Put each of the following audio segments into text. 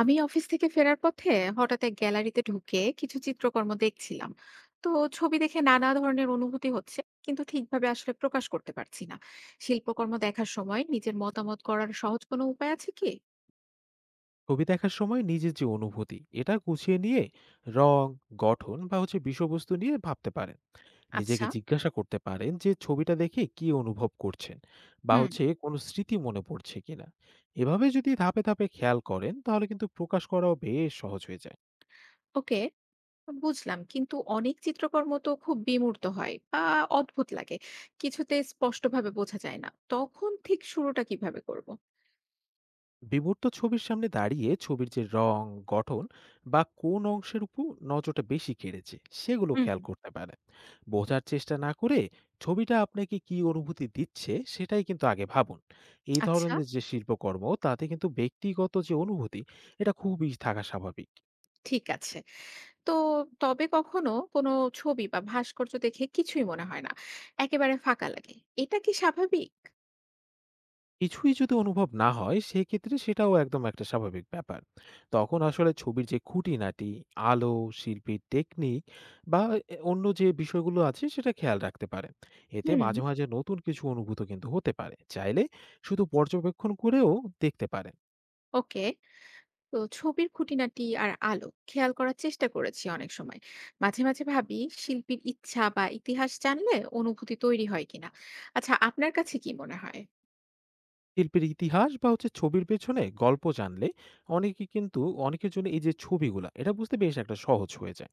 আমি অফিস থেকে ফেরার পথে হঠাৎ এক গ্যালারিতে ঢুকে কিছু চিত্রকর্ম দেখছিলাম। তো, ছবি দেখে নানা ধরনের অনুভূতি হচ্ছে, কিন্তু ঠিকভাবে আসলে প্রকাশ করতে পারছি না। শিল্পকর্ম দেখার সময় নিজের মতামত করার সহজ কোনো উপায় আছে কি? ছবি দেখার সময় নিজের যে অনুভূতি এটা গুছিয়ে নিয়ে রং, গঠন বা হচ্ছে বিষয়বস্তু নিয়ে ভাবতে পারেন। নিজেকে আচ্ছা। জিজ্ঞাসা করতে পারেন যে ছবিটা দেখে কি অনুভব করছেন বা হুম। হচ্ছে কোনো স্মৃতি মনে পড়ছে কিনা। এভাবে যদি ধাপে ধাপে খেয়াল করেন তাহলে কিন্তু প্রকাশ করাও বেশ সহজ হয়ে যায়। ওকে, বুঝলাম, কিন্তু অনেক চিত্রকর্ম তো খুব বিমূর্ত হয় বা অদ্ভুত লাগে। কিছুতে স্পষ্টভাবে বোঝা যায় না, তখন ঠিক শুরুটা কিভাবে করব? বিমূর্ত ছবির সামনে দাঁড়িয়ে ছবির যে রং, গঠন বা কোন অংশের উপর নজরটা বেশি কেড়েছে সেগুলো হুম খেয়াল হুম, করতে পারে। বোঝার চেষ্টা না করে ছবিটা আপনাকে কি অনুভূতি দিচ্ছে সেটাই কিন্তু আগে ভাবুন। এই আচ্ছা। ধরনের যে শিল্পকর্ম তাতে কিন্তু ব্যক্তিগত যে অনুভূতি এটা খুবই থাকা স্বাভাবিক। ঠিক আছে। তো, তবে কখনো কোনো ছবি বা ভাস্কর্য দেখে কিছুই মনে হয় না, একেবারে ফাঁকা লাগে। এটা কি স্বাভাবিক? কিছুই যদি অনুভব না হয় সেক্ষেত্রে সেটাও একদম একটা স্বাভাবিক ব্যাপার। তখন আসলে ছবির যে খুঁটিনাটি, আলো, শিল্পীর টেকনিক বা এ অন্য যে বিষয়গুলো আছে সেটা খেয়াল রাখতে পারেন। এতে হুম। মাঝে মাঝে নতুন কিছু অনুভূত কিন্তু হতে পারে। চাইলে শুধু পর্যবেক্ষণ করেও দেখতে পারেন। ওকে। তো ছবির খুঁটিনাটি আর আলো খেয়াল করার চেষ্টা করেছি অনেক সময়। মাঝে মাঝে ভাবি, শিল্পীর ইচ্ছা বা ইতিহাস জানলে অনুভূতি তৈরি হয় কিনা। আচ্ছা, আপনার কাছে কি মনে হয়? শিল্পের ইতিহাস বা হচ্ছে ছবির পেছনে গল্প জানলে অনেকে কিন্তু অনেকের জন্য এই যে ছবিগুলা এটা বুঝতে বেশ একটা সহজ হয়ে যায়।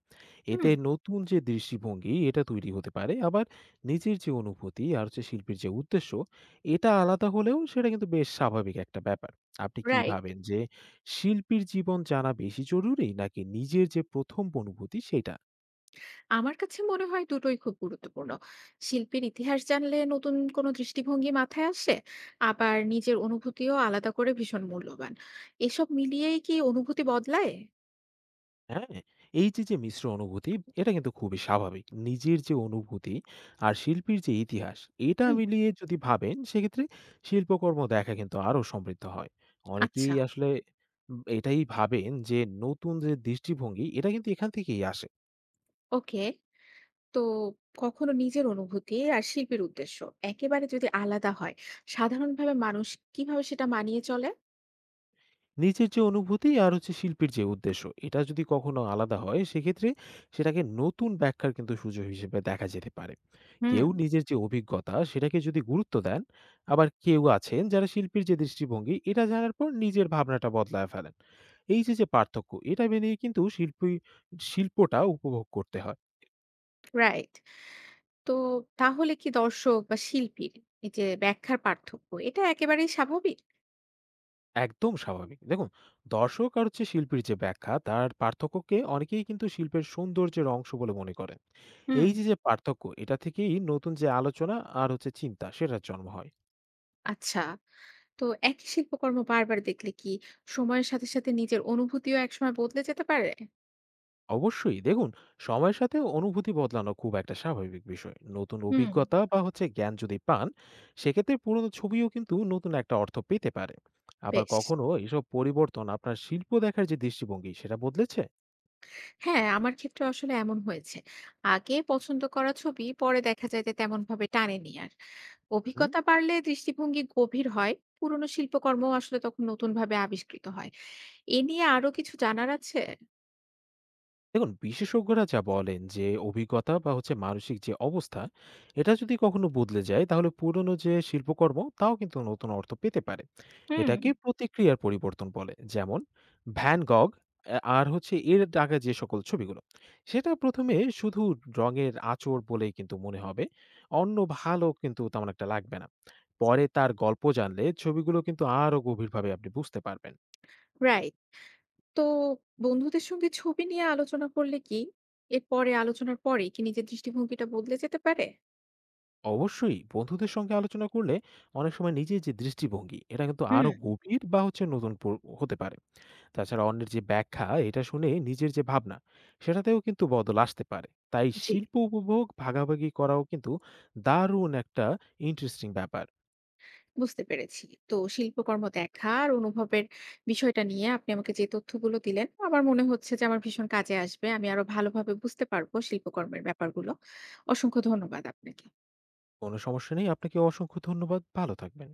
হুম। এতে নতুন যে দৃষ্টিভঙ্গি এটা তৈরি হতে পারে। আবার নিজের যে অনুভূতি আর হচ্ছে শিল্পীর যে উদ্দেশ্য এটা আলাদা হলেও সেটা কিন্তু বেশ স্বাভাবিক একটা ব্যাপার। আপনি কি রাইট। ভাবেন যে শিল্পীর জীবন জানা বেশি জরুরি নাকি নিজের যে প্রথম অনুভূতি সেটা? আমার কাছে মনে হয় দুটোই খুব গুরুত্বপূর্ণ। শিল্পের ইতিহাস জানলে নতুন কোনো দৃষ্টিভঙ্গি মাথায় আসে, আবার নিজের অনুভূতিও আলাদা করে ভীষণ মূল্যবান। এসব মিলিয়েই কি অনুভূতি বদলায়? হ্যাঁ, এই যে, মিশ্র অনুভূতি এটা কিন্তু খুবই স্বাভাবিক। নিজের যে অনুভূতি আর শিল্পীর যে ইতিহাস এটা হুম। মিলিয়ে যদি ভাবেন সেক্ষেত্রে শিল্পকর্ম দেখা কিন্তু আরো সমৃদ্ধ হয়। অনেকেই আচ্ছা, আসলে এটাই ভাবেন যে নতুন যে দৃষ্টিভঙ্গি এটা কিন্তু এখান থেকেই আসে। ওকে। তো, কখনো নিজের অনুভূতি আর শিল্পের উদ্দেশ্য একেবারে যদি আলাদা হয়, সাধারণভাবে মানুষ কিভাবে সেটা মানিয়ে চলে? নিজের যে অনুভূতি আর হচ্ছে শিল্পীর যে উদ্দেশ্য এটা যদি কখনো আলাদা হয় সেক্ষেত্রে সেটাকে নতুন ব্যাখ্যার কিন্তু সুযোগ হিসেবে দেখা যেতে পারে। হুম। কেউ নিজের যে অভিজ্ঞতা সেটাকে যদি গুরুত্ব দেন, আবার কেউ আছেন যারা শিল্পীর যে দৃষ্টিভঙ্গি এটা জানার পর নিজের ভাবনাটা বদলায় ফেলেন। এই যে যে পার্থক্য এটা মেনে কিন্তু শিল্পটা উপভোগ করতে হয়। রাইট। তো, তাহলে কি দর্শক বা শিল্পীর এই যে ব্যাখ্যার পার্থক্য, এটা একেবারেই স্বাভাবিক? একদম স্বাভাবিক। দেখুন, দর্শক আর হচ্ছে শিল্পীর যে ব্যাখ্যা তার পার্থক্যকে অনেকেই কিন্তু শিল্পের সৌন্দর্যের অংশ বলে মনে করেন। হুম। এই যে পার্থক্য এটা থেকেই নতুন যে আলোচনা আর হচ্ছে চিন্তা সেটার জন্ম হয়। আচ্ছা। তো, একই শিল্পকর্ম বারবার দেখলে কি সময়ের সাথে সাথে নিজের অনুভূতিও একসময় বদলে যেতে পারে? অবশ্যই দেখুন, সময়ের সাথে অনুভূতি বদলানো খুব একটা স্বাভাবিক বিষয়। নতুন হুম। অভিজ্ঞতা বা হচ্ছে জ্ঞান যদি পান সেক্ষেত্রে পুরনো ছবিও কিন্তু নতুন একটা অর্থ পেতে পারে। আবার বেশ, কখনো এসব পরিবর্তন আপনার শিল্প দেখার যে দৃষ্টিভঙ্গি সেটা বদলেছে? হ্যাঁ, আমার ক্ষেত্রে আসলে এমন হয়েছে। আগে পছন্দ করা ছবি পরে দেখা যায় যে তেমন ভাবে টানেনি আর। উহু। অভিজ্ঞতা বাড়লে দৃষ্টিভঙ্গি গভীর হয়, পুরনো শিল্পকর্ম আসলে তখন নতুন ভাবে আবিষ্কৃত হয়। এ নিয়ে আরো কিছু জানার আছে। দেখুন, বিশেষজ্ঞরা যা বলেন যে অভিজ্ঞতা বা হচ্ছে মানসিক যে অবস্থা এটা যদি কখনো বদলে যায় তাহলে পুরনো যে শিল্পকর্ম তাও কিন্তু নতুন অর্থ পেতে পারে। হুম। এটাকে প্রতিক্রিয়ার পরিবর্তন বলে। যেমন ভ্যান গগ আর হচ্ছে এর আগে যে সকল ছবিগুলো সেটা প্রথমে শুধু রঙের আঁচড় বলেই কিন্তু মনে হবে, অন্য ভালো কিন্তু তেমন একটা লাগবে না। পরে তার গল্প জানলে ছবিগুলো কিন্তু আরো গভীরভাবে আপনি বুঝতে পারবেন। রাইট। তো, বন্ধুদের সঙ্গে ছবি নিয়ে আলোচনা করলে কি এরপরে আলোচনার পরে কি নিজের দৃষ্টিভঙ্গিটা বদলে যেতে পারে? অবশ্যই, বন্ধুদের সঙ্গে আলোচনা করলে অনেক সময় নিজের যে দৃষ্টিভঙ্গি এটা কিন্তু হুম। আরো গভীর বা হচ্ছে নতুন হতে পারে। তাছাড়া অন্যের যে ব্যাখ্যা এটা শুনে নিজের যে ভাবনা সেটাতেও কিন্তু বদল আসতে পারে। তাই জি। শিল্প উপভোগ ভাগাভাগি করাও কিন্তু দারুণ একটা ইন্টারেস্টিং ব্যাপার। বুঝতে পেরেছি। তো, শিল্পকর্ম দেখা আর অনুভবের বিষয়টা নিয়ে আপনি আমাকে যে তথ্যগুলো দিলেন, আমার মনে হচ্ছে যে আমার ভীষণ কাজে আসবে। আমি আরো ভালোভাবে বুঝতে পারবো শিল্পকর্মের ব্যাপারগুলো। অসংখ্য ধন্যবাদ আপনাকে। কোনো সমস্যা নেই, আপনাকে অসংখ্য ধন্যবাদ। ভালো থাকবেন।